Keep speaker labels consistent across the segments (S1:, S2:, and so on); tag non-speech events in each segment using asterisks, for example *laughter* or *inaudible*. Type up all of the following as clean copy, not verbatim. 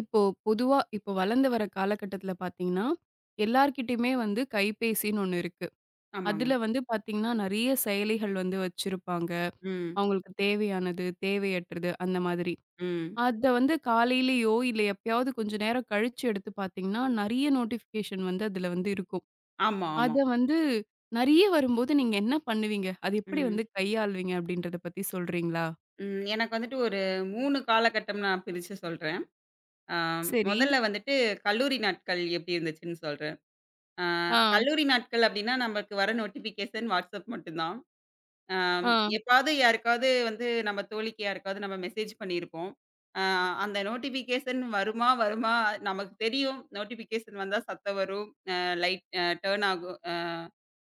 S1: இப்போ பொதுவா இப்போ வளர்ந்து வர காலகட்டத்தில பார்த்தீங்கன்னா, எல்லார்கிட்டயுமே வந்து கைபேசின்னு ஒண்ணு இருக்கு.
S2: ஆமாங்க.
S1: அதுல வந்து பார்த்தீங்கன்னா, நெறைய செயலிகள் வந்து வச்சிருப்பாங்க.
S2: ம்.
S1: அவங்களுக்கு தேவையானது, தேவையற்றது அந்த மாதிரி.
S2: ம்.
S1: அத வந்து காலையிலயோ, இல்ல எப்பயாவது கொஞ்ச நேரம் கழிச்சு எடுத்து பார்த்தீங்கன்னா, நெறைய நோட்டிஃபிகேஷன் வந்து அதுல வந்து இருக்கும்.
S2: ஆமா, ஆமா.
S1: அத வந்து நெறைய வரும்போது நீங்க என்ன பண்ணுவீங்க? அது எப்படி
S2: ம்.
S1: வந்து கையாளுவீங்க அப்படின்றத பத்தி சொல்றீங்களா?
S2: ம். எனக்கு வந்துட்டு ஒரு 3 காலகட்டம் நான் பிரிச்சு சொல்றேன். ஆ
S1: சரி.
S2: முதல்ல வந்துட்டு கல்லூரி நாட்கள் எப்படி இருந்துச்சுன்னு சொல்றேன். ஆ
S1: ஆ,
S2: கல்லூரி நாட்கள் அப்படின்னா, நமக்கு வர நோட்டிஃபிகேஷன் WhatsApp மட்டும் தான். ஆம்,
S1: ஆ.
S2: எப்பாவது யாருக்காவது வந்து நம்ம தோழிக்கு யாருக்காவது நம்ம மெசேஜ் பண்ணியிருப்போம். அ அந்த நோட்டிஃபிகேஷன் வருமா வருமா நமக்கு தெரியும். நோட்டிஃபிகேஷன் வந்தா சத்தம் வரும். அ லைட் டர்ன் ஆகும்.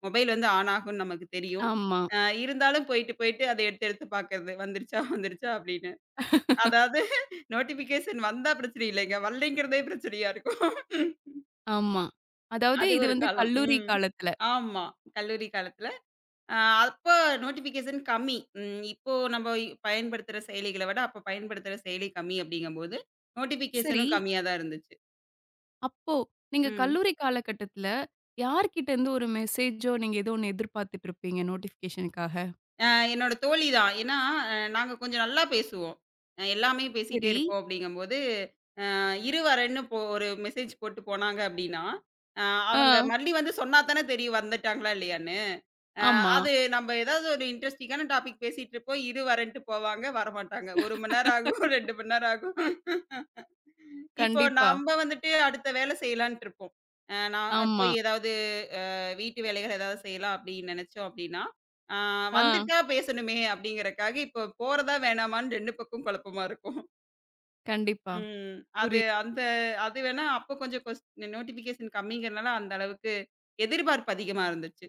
S2: மொபைல் வந்து ஆன் ஆகும்னு நமக்கு தெரியும்.
S1: ஆமா,
S2: அ இருந்தாலும் போயிட்டு, போயிட்டு அத எடுத்து எடுத்து பார்க்கறது. வந்துருச்சா, வந்துருச்சா அப்படின்னு. அதாவது நோட்டிஃபிகேஷன் வந்தா பிரச்சனை இல்லைங்க. வரலைங்கிறதே பிரச்சனையா இருக்கும்.
S1: ஆமா. அதாவது
S2: அது
S1: இது
S2: ஒரு
S1: வந்து
S2: காலம்.
S1: கல்லூரி
S2: ம்.
S1: காலத்துல.
S2: ஆமா. கல்லூரி காலத்துல அ அப்ப நோட்டிஃபிகேஷன் கம்மி. ம். இப்போ நம்ம பயன்படுத்துற செயலிகள விட, அப்ப பயன்படுத்துற செயலி கம்மி அப்படிங்கம்போது,
S1: சரி.
S2: நோட்டிஃபிகேஷனும் கம்மியா தான் இருந்துச்சு.
S1: அப்போ, நீங்க
S2: ம்.
S1: கல்லூரி காலகட்டத்துல யார்கிட்ட இருந்து ஒரு மெசேஜோ, நீங்க ஏதோ ஒண்ணு எதிர்பார்த்துட்டு இருப்பீங்க நோட்டிஃபிகேஷனுக்காக.
S2: அ என்னோட தோழி தான். ஏன்னா, நாங்க கொஞ்சம் நல்லா பேசுவோம். எல்லாமே பேசிட்டே
S1: சரி.
S2: இருப்போம் அப்படிங்கம்போது, இரு வரேன்னு இப்போ ஒரு மெசேஜ் போட்டு போனாங்க அப்படின்னா, அ
S1: ஆ,
S2: அவங்க மறுபடி வந்து சொன்னா தானே தெரியும் வந்துட்டாங்களா இல்லையான்னு. அ
S1: ஆமா.
S2: அது நம்ம ஏதாவது ஒரு இன்ட்ரஸ்டிங்கான டாபிக் பேசிட்டு இருப்போம். இரு வரேன்ட்டு போவாங்க, வரமாட்டாங்க. 1 மணி நேரம் ஆகும், *laughs* 2 மணி நேரம் ஆகும். இப்போ
S1: கண்டிப்பா.
S2: நம்ப வந்துட்டு அடுத்த வேல செய்யலான்ட்டு இருப்போம். நான்
S1: ஆமா.
S2: போய் ஏதாவது வீட்டு வேலைகள் ஏதாவது செய்யலாம் அப்படின்னு நெனச்சோம் அப்படின்னா, ஆ
S1: ஆ,
S2: வந்துட்டா பேசணுமே அப்படிங்கிறக்காக இப்போ போறதா வேணாமான்னு 2 பக்கம் குழப்பமா இருக்கும்.
S1: கண்டிப்பா.
S2: ம். அது
S1: புரியுது.
S2: அந்த அது வேணா அப்போ கொஞ்சம் நோட்டிஃபிகேஷன் கம்மிங்கிறனால அந்த அளவுக்கு எதிர்பார்ப்பு அதிகமா இருந்துச்சு.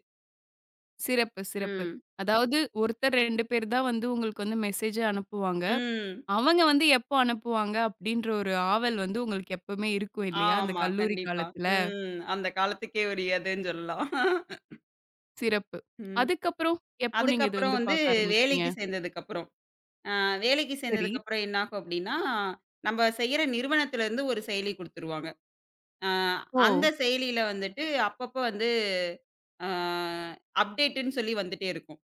S1: சிறப்பு, சிறப்பு.
S2: ம்.
S1: அதாவது ஒருத்தர் 2 பேர் தான் வந்து உங்களுக்கு வந்து மெசேஜே அனுப்புவாங்க.
S2: ம்.
S1: அவங்க வந்து எப்போ அனுப்புவாங்க அப்படின்ற ஒரு ஆவல் வந்து உங்களுக்கு எப்பவுமே இருக்கும் இல்லையா? அந்த
S2: ஆமா.
S1: கல்லூரி
S2: கண்டிப்பா.
S1: காலத்துல.
S2: ம். அந்த காலத்துக்கே உரியதுன்னு சொல்லலாம். *laughs*
S1: சிறப்பு.
S2: ம்.
S1: அதுக்கப்புறம் எப்போ நீங்க இது
S2: அதுக்கப்புறம்
S1: வந்து
S2: வந்து
S1: பார்க்க ஆரம்பிச்சீங்க?
S2: வேலைக்கு சேர்ந்ததுக்கப்புறம். வேலைக்கு
S1: சரி.
S2: சேர்ந்ததுக்கப்புறம் என்னாகும் அப்படின்னா, நம்ப செய்யற நிறுவனத்திலருந்து ஒரு செயலி குடுத்துருவாங்க. அ
S1: ஓ!
S2: அந்த செயலியில வந்துட்டு அப்பப்ப வந்து அ அப்டேட்டுன்னு சொல்லி வந்துட்டே இருக்கும்.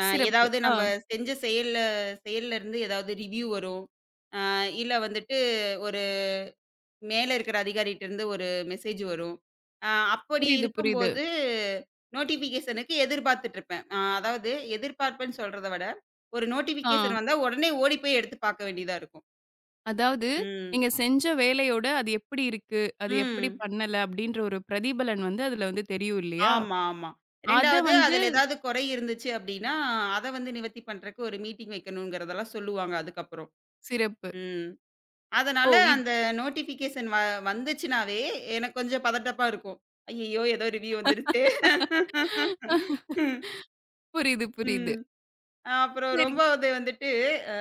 S2: அ
S1: சிறப்பு.
S2: ஏதாவது
S1: ஆ.
S2: நம்ப செஞ்ச செயல்லருந்து ஏதாவது ரிவ்யூ வரும். அ இல்ல வந்துட்டு ஒரு மேல இருக்கிற அதிகாரிட்டருந்து ஒரு மெசேஜ் வரும். அ அப்படி
S1: புரியுது, புரியுது.
S2: இருக்கும்போது நோட்டிஃபிகேஷனுக்கு எதிர்பார்த்துட்டுருப்பேன். அதாவது எதிர்பார்ப்பேன்னு சொல்றத விட, ஒரு
S1: ஆ.
S2: நோட்டிஃபிகேஷன் வந்தா உடனே ஓடி போய் எடுத்து பார்க்க வேண்டியதா இருக்கும்.
S1: அதாவது
S2: ம்.
S1: நீங்க செஞ்ச வேலையோட அது எப்படி இருக்கு? அது எப்படி
S2: ம்.
S1: பண்ணல? அப்படின்ற ஒரு பிரதிபலன் வந்து அதுல வந்து தெரியும் இல்லையா?
S2: ஆமா, ஆமா.
S1: அத
S2: 2வது
S1: வந்து
S2: அதுல ஏதாவது குறை இருந்துச்சு அப்படின்னா, அத வந்து நிவர்த்தி பண்றக்கு ஒரு மீட்டிங் வைக்கணுங்கிறதெல்லாம் சொல்லுவாங்க அதுக்கப்புறம்.
S1: சிறப்பு.
S2: ம். அதனால
S1: ஓ!
S2: அந்த நோட்டிஃபிகேஷன் வந்துச்சுனாவே, எனக்கு கொஞ்சம் பதட்டமா இருக்கும். ஐயய்யோ! ஏதோ ரிவ்யூ வந்துருச்சு.
S1: புரியுது, புரியுது.
S2: ம். அப்புறம்
S1: சரி.
S2: 9வது வந்துட்டு, அ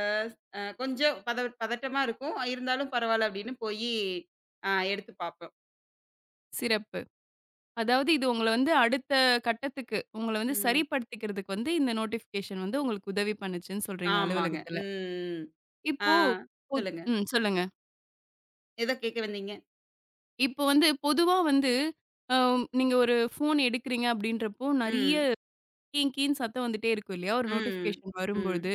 S2: அ கொஞ்சம் பதட்டமா இருக்கும். இருந்தாலும் பரவால்ல அப்படின்னு போயி எடுத்து பார்ப்போம்.
S1: சிறப்பு. அதாவது இது உங்கள வந்து அடுத்த கட்டத்துக்கு, உங்கள வந்து
S2: ம்.
S1: சரிப்படுத்திக்கிறதுக்கு வந்து இந்த நோட்டிஃபிகேஷன் வந்து உங்களுக்கு உதவி பண்ணுச்சுன்னு சொல்றீங்க
S2: ஆமாங்க.
S1: அலுவலகத்துல.
S2: ம். ம். ஆ.
S1: இப்போ
S2: சொல்லுங்க.
S1: ம் சொல்லுங்க.
S2: ஏதோ கேட்க வந்தீங்க.
S1: இப்போ வந்து பொதுவா வந்து அ நீங்க ஒரு ஃபோன் எடுக்கிறீங்க அப்படின்றப்போ நெறைய
S2: ம்.
S1: கீங் கீன்னு சத்தம் வந்துட்டே இருக்கும் இல்லையா? ஒரு
S2: ம்.
S1: நோட்டிஃபிகேஷன்
S2: ம்.
S1: வரும்பொழுது.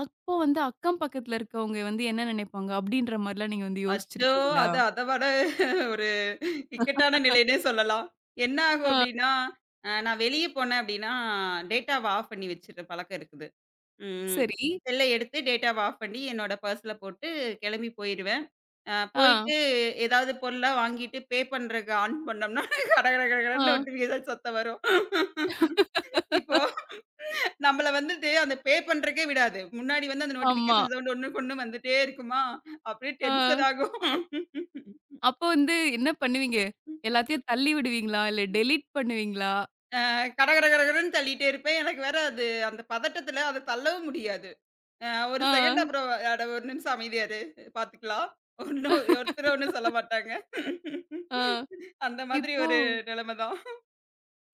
S1: அப்போ வந்து அக்கம் பக்கத்துல இருக்கவங்க வந்து என்ன நினைப்பாங்க? அப்டின்ற மாரிலாம் நீங்க வந்து
S2: அச்சோ!
S1: யோசிச்சிருக்கீங்களா?
S2: அது அத விட ஒரு இக்கட்டான நிலைன்னே சொல்லலாம். என்ன ஆகும் அப்டின்னா, நான் வெளிய போனேன் அப்டின்னா, டேட்டாவ ஆஃப் பண்ணி வச்சுற பழக்கம் இருக்குது. ம்.
S1: சரி.
S2: செல்ல எடுத்து டேட்டாவ ஆஃப் பண்ணி என்னோட பர்ஸ்ல போட்டு கெளம்பி போயிருவேன்.
S1: ஆ,
S2: போயிட்டு ஏதாவது பொருளா வாங்கிட்டு பே பண்றக்கு ஆன் பண்ணோம்னா, கட கட கட
S1: ஆ.
S2: கடன்னு நோட்டிஃபிகேஷன் சத்தம் வரும். இப்போ நம்மள வந்துட்டு அந்த பே பண்றதுக்கே விடாது. முன்னாடி வந்து அந்த
S1: ஆமா.
S2: நோட்டிஃபிகேஷன் சவுண்ட் ஒண்ணுக்கு ஒண்ணு கொண்டு வந்துட்டே இருக்குமா, அப்படியே
S1: ஆ.
S2: டென்ஷன் ஆகும்.
S1: அப்போ வந்து என்ன பண்ணுவீங்க? எல்லாத்தையும் தள்ளி விடுவீங்களா? இல்ல டெலீட் பண்ணுவீங்களா?
S2: கட கட கடகடன்னு தள்ளிட்டே இருப்பேன். எனக்கு வேற அது அந்த பதட்டத்துல அத தள்ளவும் முடியாது. ஒரு
S1: ஆ,
S2: செகண்ட் அப்புறம் அட ஒரு நிமிஷம் அமைதியா இரு பார்த்துக்கலாம். ஒண்ணும் ஒருத்தர் ஒண்ணும் சொல்ல மாட்டாங்க.
S1: ஆ.
S2: அந்த மாதிரி
S1: இப்போ
S2: ஒரு நிலைமை தான்.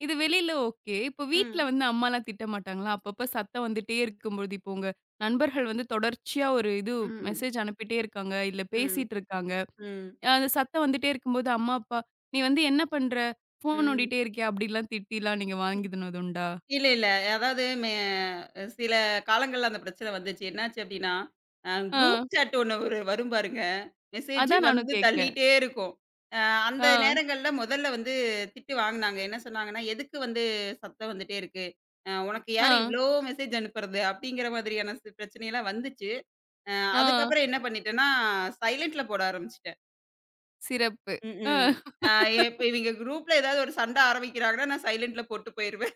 S1: இது வெளில ஓகே. இப்போ வீட்ல
S2: ம்.
S1: வந்து அம்மாலாம் திட்ட மாட்டாங்களா? அப்பப்ப சத்தம் வந்துட்டே இருக்கும்பொழுது, இப்போ உங்க நண்பர்கள் வந்து தொடர்ச்சியா ஒரு இது
S2: ம்.
S1: மெசேஜ் அனுப்பிட்டே இருக்காங்க. இல்ல
S2: ம்.
S1: பேசிட்டு இருக்காங்க.
S2: ம்.
S1: அந்த சத்தம் வந்துட்டே இருக்கும்போது, அம்மா, அப்பா, "நீ வந்து என்ன பண்ற? ஃபோன்
S2: ம்.
S1: நோண்டிட்டே இருக்கியா?" அப்படிலாம் திட்டிலாம் நீங்க வாங்கிதுனது உண்டா?
S2: இல்ல, இல்ல. அதாவது சில காலங்கள்ல அந்த பிரச்சனை வந்துச்சு. என்னாச்சு அப்டின்னா,
S1: ஆ.
S2: குரூப் சாட் ஒண்ணு ஒரு வரும் பாருங்க. மெசேஜ்
S1: அதான் நானும்
S2: வந்து
S1: கேட்கிறேன்.
S2: தள்ளிட்டே இருக்கும். அ அந்த
S1: ஆ,
S2: நேரங்கள்ல முதல்ல வந்து திட்டு வாங்குனாங்க. என்ன சொன்னாங்கன்னா, "எதுக்கு வந்து சத்தம் வந்துட்டே இருக்கு? உனக்கு
S1: ஆ,
S2: யாரு இவ்ளோ மெசேஜ் அனுப்புறது?" அப்படிங்கிற மாதிரியான பிரச்சனைலாம் வந்துச்சு. அ
S1: ஆ.
S2: அதுக்கப்புறம் என்ன பண்ணிட்டேன்னா, சைலன்ட்ல போட ஆரம்பிச்சுட்டேன்.
S1: சிறப்பு. ஆ,
S2: ம்ஹ்ம். அ இப்ப இவிங்க குரூப்ல ஏதாவது ஒரு சண்ட ஆரம்பிக்கிறாங்கன்னா, நான் சைலன்ட்ல போட்டு போயிருவேன்.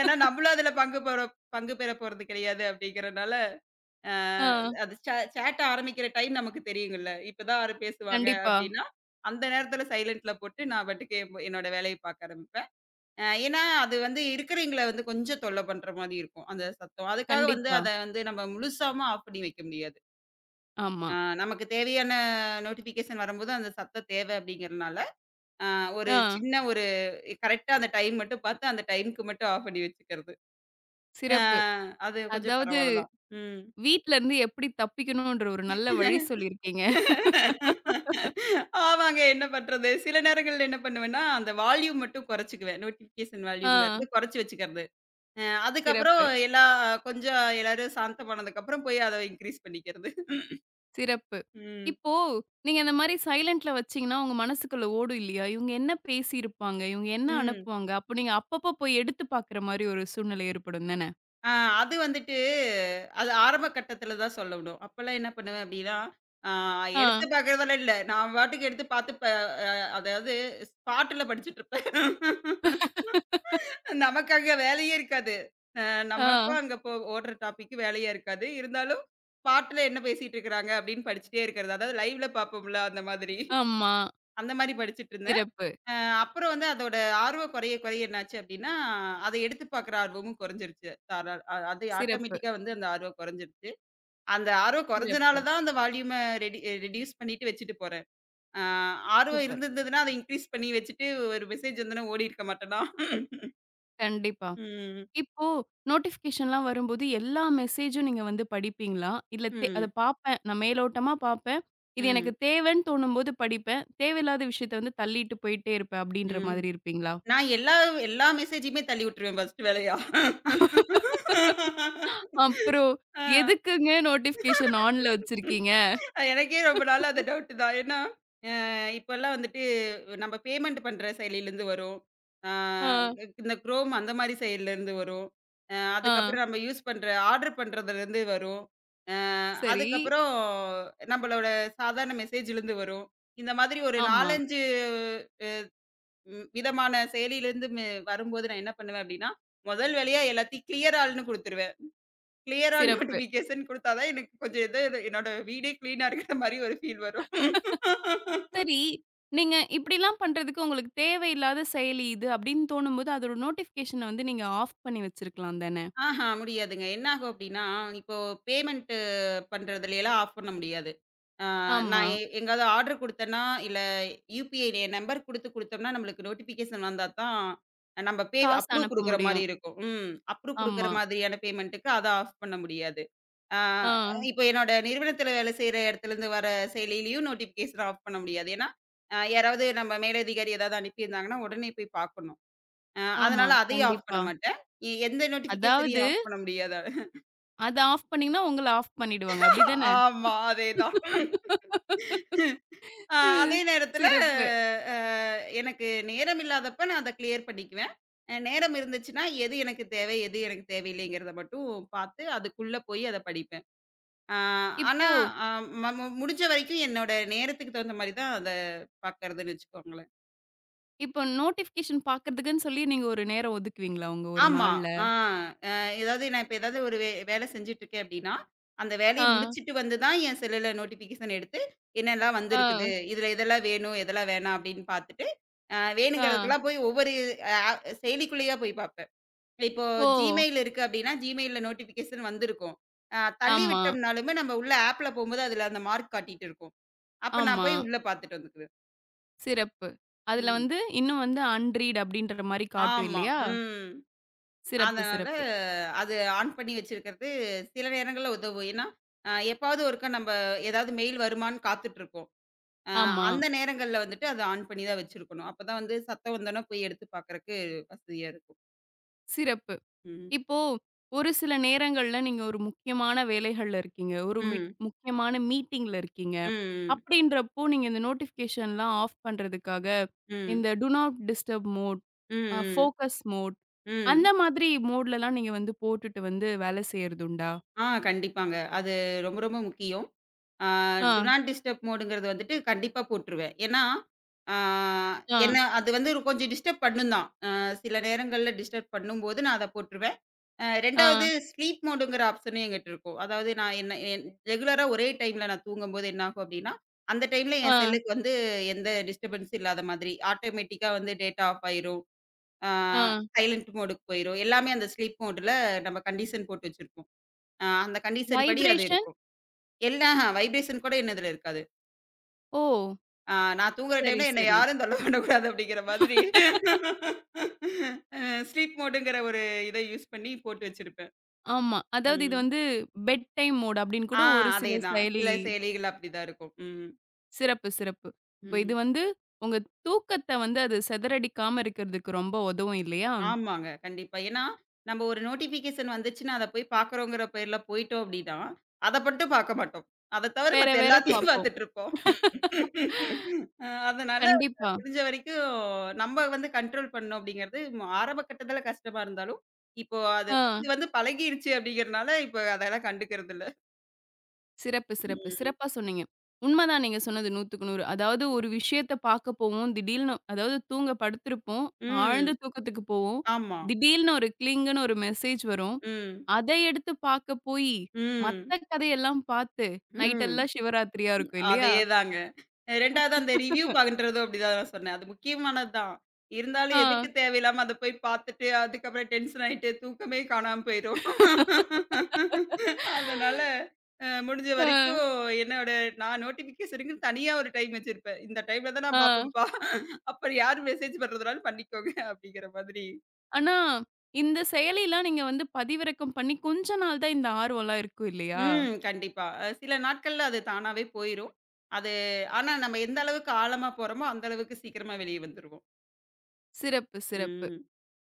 S2: ஏன்னா, நம்மளும் அதுல பங்கு பெற போறது கிடையாது அப்படிங்கிறனால, அ
S1: ஆ.
S2: அது சேட்ட ஆரம்பிக்கிற டைம் நமக்கு தெரியுங்கல்ல. இப்பதான் யாரு பேசுவாங்க
S1: கண்டிப்பா,
S2: அப்படின்னா, அந்த நேரத்துல சைலன்ட்ல போட்டு நான் பாட்டுக்கு என்னோட வேலைய பார்க்க ஆரம்பிப்பேன். ஏன்னா, அது வந்து இருக்கிறவைங்கள வந்து கொஞ்சம் தொல்ல பண்ற மாரி இருக்கும், அந்த சத்தம். அதுக்காக வந்து
S1: கண்டிப்பா.
S2: அத வந்து நம்ம முழுசாவும் ஆஃப் பண்ணி வைக்க முடியாது.
S1: ஆமா.
S2: அ நமக்கு தேவையான நோட்டிஃபிகேஷன் வரும்போது அந்த சத்தம் தேவை அப்படிங்கிறனால ஆ ஒரு
S1: ஆ.
S2: சின்ன ஒரு கரெக்ட்டா அந்த டைம் மட்டும் பார்த்து, அந்த டைம்க்கு மட்டும் ஆஃப் பண்ணி வச்சுக்கிறது. ஆ
S1: சிறப்பு.
S2: அது கொஞ்சம்
S1: அதாவது
S2: பரவால்ல தான். ம்.
S1: வீட்ல இருந்து எப்படி தப்பிக்கணுன்ற ஒரு நல்ல வழி
S2: *laughs*
S1: சொல்லியிருக்கீங்க.
S2: ஆமாங்க. என்ன பண்றது? சில நேரங்கள்ல என்ன பண்ணுவேன்னா, அந்த வால்யூம் மட்டும் குறைச்சுக்குவேன். நோட்டிஃபிகேஷன்
S1: ஆ.
S2: வால்யூம்ங்கிறது குறைச்சு வச்சுக்கிறது. அ அதுக்கப்புறம்
S1: சிறப்பு.
S2: எல்லா கொஞ்சம் எல்லாரும் சாந்தமானதுக்கப்புறம் போய் அத இன்கிரீஸ் பண்ணிக்கிறது.
S1: சிறப்பு.
S2: ம்.
S1: இப்போ நீங்க இந்த மாரி சைலன்ட்ல வச்சீங்கன்னா, உங்க மனசுக்குள்ள ஓடும் இல்லையா? இவங்க என்ன பேசியிருப்பாங்க? இவங்க என்ன
S2: ம்.
S1: அனுப்புவாங்க? அப்போ நீங்க அப்பப்போ போய் எடுத்து பார்க்குற மாரி ஒரு சூழ்நிலை ஏற்படும் தானே?
S2: ஆ அது வந்துட்டு அது ஆரம்ப கட்டத்தில தான் சொல்லணும். அப்பலாம் என்ன பண்ணுவேன் அப்படின்னா, ஆ எடுத்து
S1: ஆ.
S2: பார்க்குறதெல்லாம் இல்ல. நான் பாட்டுக்கு எடுத்து பார்த்து ப அ அதாவது ஸ்பாட்டுல படிச்சுட்டுருப்பேன். நமக்கு அங்க வேலையே இருக்காது.
S1: ஆ.
S2: நமக்கும் அங்க ஓடுற டாபிக் வேலையா இருக்காது. இருந்தாலும் ஸ்பாட்ல என்ன பேசிட்டு இருக்கிறாங்க அப்படின்னு படிச்சுட்டே இருக்கிறது. அதாவது லைவ்ல பார்ப்போம்ல அந்த மாதிரி.
S1: ஆமா.
S2: அந்த மாரி படிச்சுட்டு இருந்தேன்.
S1: சிறப்பு,
S2: அ அப்புறம் வந்து அதோட ஆர்வம் குறைய குறைய என்னாச்சு அப்டின்னா, அத எடுத்து பாக்குற ஆர்வமும் குறைஞ்சிருச்சு. தாரா அ அது
S1: சிறப்பு,
S2: ஆட்டோமேட்டிக்கா வந்து அந்த ஆர்வம் குறைஞ்சிருச்சு. அந்த ஆர்வம் குறைஞ்சனால
S1: சிறப்பு.
S2: தான் அந்த வால்யூம ரெடி ரெடியூஸ் பண்ணிட்டு வச்சுட்டு போறேன். அ ஆர்வம்
S1: சூப்பர்.
S2: இருந்திருந்ததுன்னா, அத இன்கிரீஸ் பண்ணி வச்சுட்டு ஒரு மெசேஜ் வந்தோனே ஓடி இருக்க மாட்டேனா?
S1: கண்டிப்பா.
S2: ம்.
S1: இப்போ நோட்டிஃபிகேஷன்லாம் வரும்போது எல்லா மெசேஜும் நீங்க வந்து படிப்பீங்களா? இல்ல அத
S2: ம்.
S1: பார்ப்பேன். நான் மேலோட்டமா பார்ப்பேன். இது எனக்கு
S2: ம்.
S1: தேவைன்னு தோணும்போது படிப்பேன். தேவையில்லாத விஷயத்த வந்து தள்ளிட்டு போயிட்டே இருப்பேன். அப்படின்ற
S2: ம்.
S1: மாதிரி
S2: நான் எல்லா எல்லா மெசேஜயுமே தள்ளி விட்டுருவேன் ஃபர்ஸ்ட் வேலையா.
S1: இருப்பீங்களா? அப்புறம்
S2: *laughs* அ.
S1: எதுக்குங்க நோட்டிஃபிகேஷன் ஆன்ல வச்சிருக்கீங்க?
S2: எனக்கே ரொம்ப நாளா அந்த டவுட் தான். ஏன்னா, அ இப்பல்லாம் வந்துட்டு நம்ம பேமெண்ட் பண்ற செயலிலேருந்து வரும். அ
S1: ஆ,
S2: இந்த குரோம் அந்த மாரி செயலிலேருந்து வரும்.
S1: ஆ.
S2: அதுக்கப்புறம் நம்ம யூஸ் பண்ற ஆர்டர் பண்றதுலேருந்து வரும். அ
S1: சரி.
S2: அதுக்கப்புறம் நம்மளோட சாதாரண மெசேஜ்லேருந்து வரும். இந்த மாதிரி ஒரு
S1: ஆமா.
S2: 4, 5 விதமான செயலிலேருந்து வரும்போது நான் என்ன பண்ணுவேன் அப்டின்னா, முதல் வேலையா எல்லாத்தையும் கிளியர் ஆல்ன்னு குடுத்துருவேன். கிளியர் ஆல்
S1: சிறப்பு.
S2: நோட்டிஃபிகேஷன் குடுத்தா தான் எனக்கு கொஞ்சம் ஏதோ இது என்னோட வீடே கிளீனா இருக்கிற மாரி ஒரு ஃபீல் வரும்.
S1: சரி, நீங்க இப்படிலாம் பண்றதுக்கு உங்களுக்கு தேவையில்லாத செயலி இது அப்படின்னு தோணும்போது, அதோட நோட்டிஃபிகேஷன வந்து நீங்க ஆஃப் பண்ணி வச்சிருக்கலாம் தானே?
S2: ஆஹா முடியாதுங்க. என்ன ஆகும் அப்டின்னா, இப்போ பேமெண்ட் பண்றதுலலாம் ஆஃப் பண்ண முடியாது. ஆ
S1: ஆமா.
S2: நான் எங்கேயாவது ஆர்டர் குடுத்தேன்னா, இல்ல யுபிஐ நம்பர் குடுத்தோம்னா, நம்மளுக்கு நோட்டிஃபிகேஷன் வந்தா தான் நம்ம பே
S1: காசு
S2: அப்ரூவ்
S1: அனுப்ப
S2: குடுக்குற மாரி
S1: முடியும்.
S2: இருக்கும். ம். அப்ரூவ் குடுக்குற
S1: ஆமா.
S2: மாதிரியான பேமெண்ட்டுக்கு அத ஆஃப் பண்ண முடியாது. ஆ
S1: ஆ.
S2: இப்ப என்னோட நிறுவனத்தில வேலை செய்ற இடத்துலருந்து வர செயலிலயும் நோட்டிஃபிகேஷன் ஆஃப் பண்ண முடியாது. ஏன்னா, யாராவது நம்ம மேலதிகாரி ஏதாவது அனுப்பியிருந்தாங்கன்னா, உடனே போய் பார்க்கணும்.
S1: ஆமா.
S2: அதனால அதையும் ஆஃப்
S1: கண்டிப்பா.
S2: பண்ண மாட்டேன். எந்த
S1: அதாவது
S2: நோட்டிஃபிகேஷனையும் ஆஃப் பண்ண முடியாது.
S1: அத ஆஃப் பண்ணீங்கன்னா, உங்கள ஆஃப் பண்ணிடுவாங்க.
S2: *laughs*
S1: அப்படிதானே?
S2: ஆமா, அதேதான். அதே நேரத்தில
S1: சிறப்பு.
S2: அ எனக்கு நேரம் இல்லாதப்ப நான் அத கிளியர் பண்ணிக்குவேன். நேரம் இருந்துச்சுன்னா, எது எனக்கு தேவை, எது எனக்கு தேவையில்லைங்கிறத மட்டும் பார்த்து, அதுக்குள்ள போய் அத படிப்பேன். ஆ, ஆனா,
S1: இப்போ
S2: அ ம மு முடிஞ்ச வரைக்கும் என்னோட நேரத்துக்கு தகுந்த மாரி தான் அத பாக்கறதுன்னு வச்சுக்கோங்களேன்.
S1: இப்போ நோட்டிஃபிகேஷன் பாக்கறதுக்குன்னு சொல்லி நீங்க ஒரு நேரம் ஒதுக்குவீங்களா உங்க ஒரு
S2: ஆமா.
S1: நாள்ல?
S2: ஆ, அ ஏதாவது நான் இப்ப ஏதாவது ஒரு வேலை செஞ்சுட்டுருக்கேன் அப்டின்னா, அந்த வேலைய
S1: ஆ,
S2: முடிச்சுட்டு வந்து தான் என் செல்லுல நோட்டிஃபிகேஷன் எடுத்து, என்னெல்லாம்
S1: ஆ,
S2: வந்திருக்குது, இதுல எதெல்லாம் வேணும், எதெல்லாம் வேணாம் அப்டின்னு பாத்துட்டு,
S1: ஆ.
S2: வேணுங்கிறதுக்கெல்லாம் போய் ஒவ்வொரு அ செயலிக்குள்ளேயா போய் பாப்பேன். இப்போ
S1: ஓ!
S2: Gmail இருக்கு அப்டின்னா, Gmailல நோட்டிஃபிகேஷன் வந்திருக்கும். தள்ளி
S1: ஆமா,
S2: விட்டோம்னாலுமே நம்ம உள்ள ஆப்ல போம்போது அதுல அந்த மார்க் காட்டிட்டு இருக்கும். அப்ப நான்
S1: ஆமா.
S2: போய் உள்ள பாத்துட்டு வந்துக்குவேன்.
S1: சிறப்பு. அதுல
S2: ம்.
S1: வந்து இன்னும் வந்து அன்ரீட் அப்படின்ற மாரி காட்டும்
S2: ஆமா.
S1: இல்லையா?
S2: ம்.
S1: சிறப்பு,
S2: அதனால
S1: சிறப்பு.
S2: அது ஆன் பண்ணி வச்சிருக்கிறது சில நேரங்கள்ல உதவும். ஏன்னா, எப்பாவது ஒருக்கா நம்ம ஏதாவது மெயில் வருமான்னு காத்துட்ருப்போம். அ
S1: ஆமா,
S2: அந்த நேரங்கள்ல வந்துட்டு அத ஆன் பண்ணி தான் வச்சிருக்கணும். அப்பதான் வந்து சத்தம் வந்தோனே போய் எடுத்து பார்க்கறக்கு வசதியா இருக்கும்.
S1: சிறப்பு.
S2: ம்.
S1: இப்போ ஒரு சில நேரங்கள்ல நீங்க ஒரு முக்கியமான வேலைகள்ல இருக்கீங்க. ஒரு மிட்
S2: ம்.
S1: முக்கியமான மீட்டிங்ல இருக்கீங்க.
S2: ம்.
S1: அப்படின்றப்போ நீங்க இந்த நோட்டிஃபிகேஷன்லாம் ஆஃப் பண்றதுக்காக
S2: ம். ம்.
S1: இந்த டூ நாட் டிஸ்டர்ப் மோட்,
S2: ம்.
S1: அ
S2: ம்.
S1: ஃபோக்கஸ் மோட் அந்த
S2: ம்.
S1: மாதிரி மோட்லலாம் நீங்க வந்து போட்டுட்டு வந்து வேலை செய்யறதுண்டா?
S2: கண்டிப்பாங்க. அது ரொம்ப ரொம்ப முக்கியம். Ah do
S1: ah,
S2: not disturb மோடுங்கிறது வந்துட்டு கண்டிப்பா போட்டுருவேன். ஏன்னா, ஆ
S1: ஆ,
S2: என்ன அது வந்து ஒரு கொஞ்சம் டிஸ்டர்ப் பண்ணும் தான். சில நேரங்கள்ல டிஸ்டர்ப் பண்ணும்போது நான் அத போட்டுருவேன். 2வது
S1: ஆ.
S2: ஸ்லீப் மோடுங்கிற ஆப்ஷனும் என்கிட்ட இருக்கும். அதாவது நான் என்ன ரெகுலரா ஒரே டைம்ல நான் தூங்கும்போது என்னாகும் அப்டின்னா, அந்த டைம்ல என்
S1: ஆ,
S2: செல்லுக்கு வந்து எந்த டிஸ்டர்பன்ஸும் இல்லாத மாதிரி, ஆட்டோமேட்டிக்கா வந்து டேட்டா ஆஃப் ஆயிரும். ஆ
S1: ஆ.
S2: சைலன்ட் மோடுக்கு போயிரும். எல்லாமே அந்த ஸ்லீப் மோடுல நம்ம கண்டிஷன் போட்டு வச்சிருப்போம். அந்த கண்டிஷன் படி அது
S1: வைப்ரேஷன்?
S2: இருக்கும். எல்லா வைப்ரேஷன் கூட என்னதுல இருக்காது.
S1: ஓ!
S2: நான் தூங்குற
S1: சரி,
S2: டைம்ல என்ன
S1: சரி.
S2: யாரும் தொல்ல பண்ணக்கூடாது அப்படிங்கிற மாதிரி அ ஸ்லீப் மோடுங்கிற ஒரு இத யூஸ் பண்ணி போட்டு வச்சிருப்பேன்.
S1: ஆமா. அதாவது இது
S2: ம்.
S1: வந்து பெட் டைம் மோட் அப்படின்னு கூட
S2: ஆ
S1: ஒரு சில
S2: அதேதான்.
S1: செயலி
S2: சில செயலிகள் அப்படிதான் இருக்கும். ம்.
S1: சிறப்பு, சிறப்பு. இப்ப இது
S2: ம்.
S1: வந்து உங்க தூக்கத்த வந்து அது சிதறடிக்காம இருக்கிறதுக்கு ரொம்ப உதவும் இல்லையா?
S2: ஆமாங்க. கண்டிப்பா. ஏன்னா, நம்ம ஒரு நோட்டிஃபிகேஷன் வந்துச்சுன்னா, அத போய் பார்க்குறோங்கிற பேர்ல போயிட்டோம் அப்டின்னா, அத மட்டும் பார்க்க மாட்டோம். அத தவிர
S1: வேற,
S2: மத்த
S1: வேற
S2: எல்லாத்தையும் *laughs*
S1: பார்ப்போம்.
S2: பார்த்துட்டுருப்போம். அதனால
S1: கண்டிப்பா.
S2: முடிஞ்ச வரைக்கும் நம்ம வந்து கண்ட்ரோல் பண்ணணும் அப்டிங்கிறது ஆரம்ப கட்டத்துல கஷ்டமா இருந்தாலும், இப்போ அது
S1: ஆ.
S2: வந்து வந்து பழகிருச்சு அப்டிங்கிறனால, இப்ப அதெல்லாம் கண்டுக்கறதில்ல.
S1: சிறப்பு, சிறப்பு.
S2: ம்.
S1: சிறப்பா சொன்னீங்க. உண்மதான் நீங்க சொன்னது 100க்கு 100. அதாவது ஒரு விஷயத்த பார்க்க போவோம். திடீல்னு அதாவது தூங்க படுத்திருப்போம். ஆழ்ந்த
S2: ம்.
S1: தூக்கத்துக்கு போவோம்.
S2: ஆமா.
S1: திடீல்னு ஒரு கிளிங்குன்னு ஒரு மெசேஜ் வரும்.
S2: ம்.
S1: அத எடுத்து பாக்க போயி,
S2: ம்.
S1: மத்த கதையெல்லாம் பாத்து, நைட்
S2: ம்.
S1: எல்லாம் சிவராத்திரியா இருக்கும் இல்லையா?
S2: அதேதாங்க. 2வது அந்த ரிவ்யூ பண்றதும் அப்படிதான் நான் சொன்னேன். அது முக்கியமானது தான். இருந்தாலும்
S1: ஆ.
S2: எதுக்கு தேவையில்லாம அத போய் பார்த்துட்டு, அதுக்கப்புறம் டென்ஷன் ஆயிட்டு தூக்கமே காணாம போயிரும். அதனால முடிஞ்ச
S1: ஆ,
S2: வரைக்கும் என்னோட நான் நோட்டிஃபிகேஷனுக்குன்னு தனியா ஒரு டைம் வச்சிருப்பேன். இந்த டைம்ல தான் நான்
S1: ஆ.
S2: பார்ப்பேன்ப்பா. அப்புறம் யார் மெசேஜ் பண்றதுனாலும் பண்ணிக்கோங்க அப்படிங்கிற மாதிரி.
S1: ஆனா, இந்த செயலிலாம் நீங்க வந்து பதிவிறக்கம் பண்ணி கொஞ்ச நாள் தான் இந்த ஆர்வம்லாம் இருக்கும் இல்லையா?
S2: ம். கண்டிப்பா. சில நாட்கள்ல அது தானாவே போயிரும். அது ஆனா நம்ம எந்த அளவுக்கு ஆழமா போறோமோ, அந்த அளவுக்கு சீக்கிரமா வெளிய வந்துருவோம்.
S1: சிறப்பு, சிறப்பு.
S2: ம்.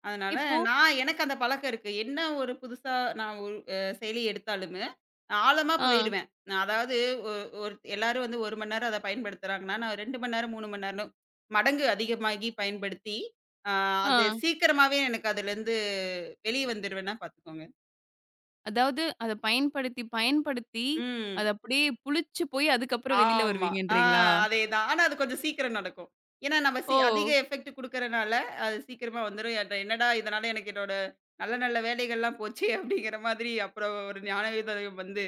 S2: அதனால
S1: இப்போ
S2: நான் எனக்கு அந்த பழக்கம் இருக்கு. என்ன ஒரு புதுசா நான் ஒரு செயலி எடுத்தாலுமே, ஆழமா
S1: ஆ,
S2: போயிருவேன். நான் அதாவது ஒ ஒரு எல்லாரும் வந்து 1 மணி நேரம் அத பயன்படுத்துறாங்கன்னா, நான் 2 மணி நேரம், 3 மணி நேரம் மடங்கு அதிகமாகி பயன்படுத்தி, ஆ
S1: ஆ.
S2: அது சீக்கிரமாவே எனக்கு அதுலருந்து வெளிய வந்துருவேன்னா பாத்துக்கோங்க.
S1: அதாவது அத பயன்படுத்தி, பயன்படுத்தி,
S2: ம்.
S1: அது அப்படியே புளிச்சு போய் அதுக்கப்புறம் வெளில
S2: ஆமா. ஆ
S1: வருவீங்கன்றீங்களா?
S2: அதேதான். ஆனா அது கொஞ்சம் சீக்கிரம் நடக்கும். ஏன்னா நம்ம
S1: ஓ!
S2: அதிக எஃபெக்ட் குடுக்கறனால, அது சீக்கிரமா வந்துரும். என்னடா இதனால எனக்கு என்னோட நல்ல நல்ல வேலைகள்லாம் போச்சே! *laughs* அப்படிங்கிற மாதிரி அப்புறம் ஒரு ஞானவேதயம் வந்து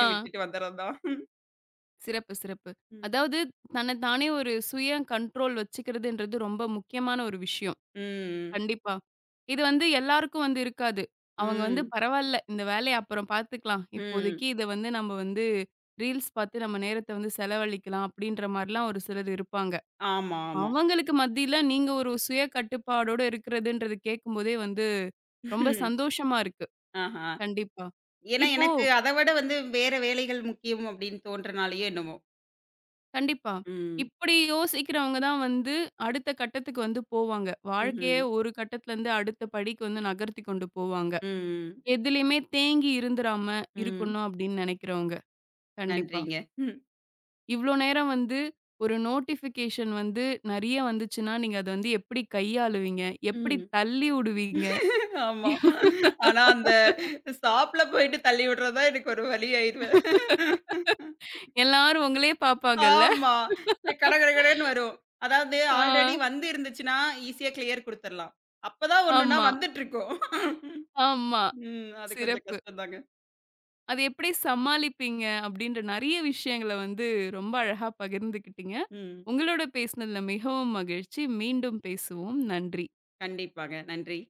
S1: ஆ.
S2: விட்டுட்டு வந்துறது தான்.
S1: சிறப்பு, சிறப்பு.
S2: ம்.
S1: அதாவது தன்னை தானே ஒரு சுய கண்ட்ரோல் வச்சுக்கிறதுன்றது ரொம்ப முக்கியமான ஒரு விஷயம்.
S2: ம்.
S1: கண்டிப்பா. இது வந்து எல்லாருக்கும் வந்து இருக்காது. அவங்க வந்து
S2: ம்.
S1: பரவால்ல இந்த வேலைய அப்புறம் பார்த்துக்கலாம்.
S2: ம்.
S1: இப்போதைக்கு இத வந்து நம்ம வந்து ரீல்ஸ் பார்த்து நம்ம நேரத்த வந்து செலவழிக்கலாம் அப்படின்ற மாரிலாம் ஒரு சிலர் இருப்பாங்க.
S2: ஆமா, ஆமா.
S1: அவங்களுக்கு மத்தியில நீங்க ஒரு சுய கட்டுப்பாடோட இருக்கிறதுன்றது கேட்கும்போதே வந்து
S2: *laughs*
S1: ரொம்ப
S2: ம்.
S1: சந்தோஷமா இருக்கு.
S2: ஆஹா.
S1: கண்டிப்பா.
S2: ஏன்னா
S1: இப்போ
S2: எனக்கு அத விட வந்து வேற வேலைகள் முக்கியம் அப்படின்னு தோன்றனாலயோ என்னமோ!
S1: கண்டிப்பா.
S2: ம்.
S1: இப்படி யோசிக்கிறவங்க தான் வந்து அடுத்த கட்டத்துக்கு வந்து போவாங்க. வாழ்க்கையே
S2: ம்ஹ்ம்.
S1: ஒரு கட்டத்துலருந்து அடுத்த படிக்கு வந்து நகர்த்தி கொண்டு போவாங்க.
S2: ம். ம்.
S1: எதுலயுமே தேங்கி இருந்துராம
S2: ம்.
S1: இருக்கணும் அப்படின்னு நினைக்கிறவங்க. கண்டிப்பா.
S2: நன்றிங்க. ம்.
S1: இவ்ளோ நேரம் வந்து ஒரு நோட்டிஃபிகேஷன் வந்து நெறைய வந்துச்சுன்னா, நீங்க அத வந்து எப்படி கையாளுவீங்க? எப்படி
S2: ம்.
S1: தள்ளி உடுவீங்க?
S2: ஆமா. ஆனா அந்த ஷாப்ல போயிட்டு தள்ளி விடுறது தான் எனக்கு ஒரு வழி ஆயிருவேன்.
S1: எல்லாரும் உங்களையே பார்ப்பாங்கல்ல.
S2: ஆமா. கட கட கடன்னு வரும். அதாவது ஆல்ரெடி
S1: ஆ
S2: வந்து இருந்துச்சுன்னா, ஈஸியா கிளியர் குடுத்துரலாம். அப்பதான் ஒண்ணுன்னா
S1: ஆமா,
S2: வந்துட்டுருக்கும்.
S1: ஆமா.
S2: ம். அது கொஞ்சம்
S1: சிறப்பு.
S2: கஷ்டம் தாங்க.
S1: அது எப்படி சமாளிப்பீங்க? அப்படின்ற நெறைய விஷயங்கள வந்து ரொம்ப அழகா பகிர்ந்துக்கிட்டீங்க.
S2: ம்.
S1: உங்களோட பேசினதுல மிகவும் மகிழ்ச்சி. மீண்டும் பேசுவோம். நன்றி.
S2: கண்டிப்பாங்க. நன்றி.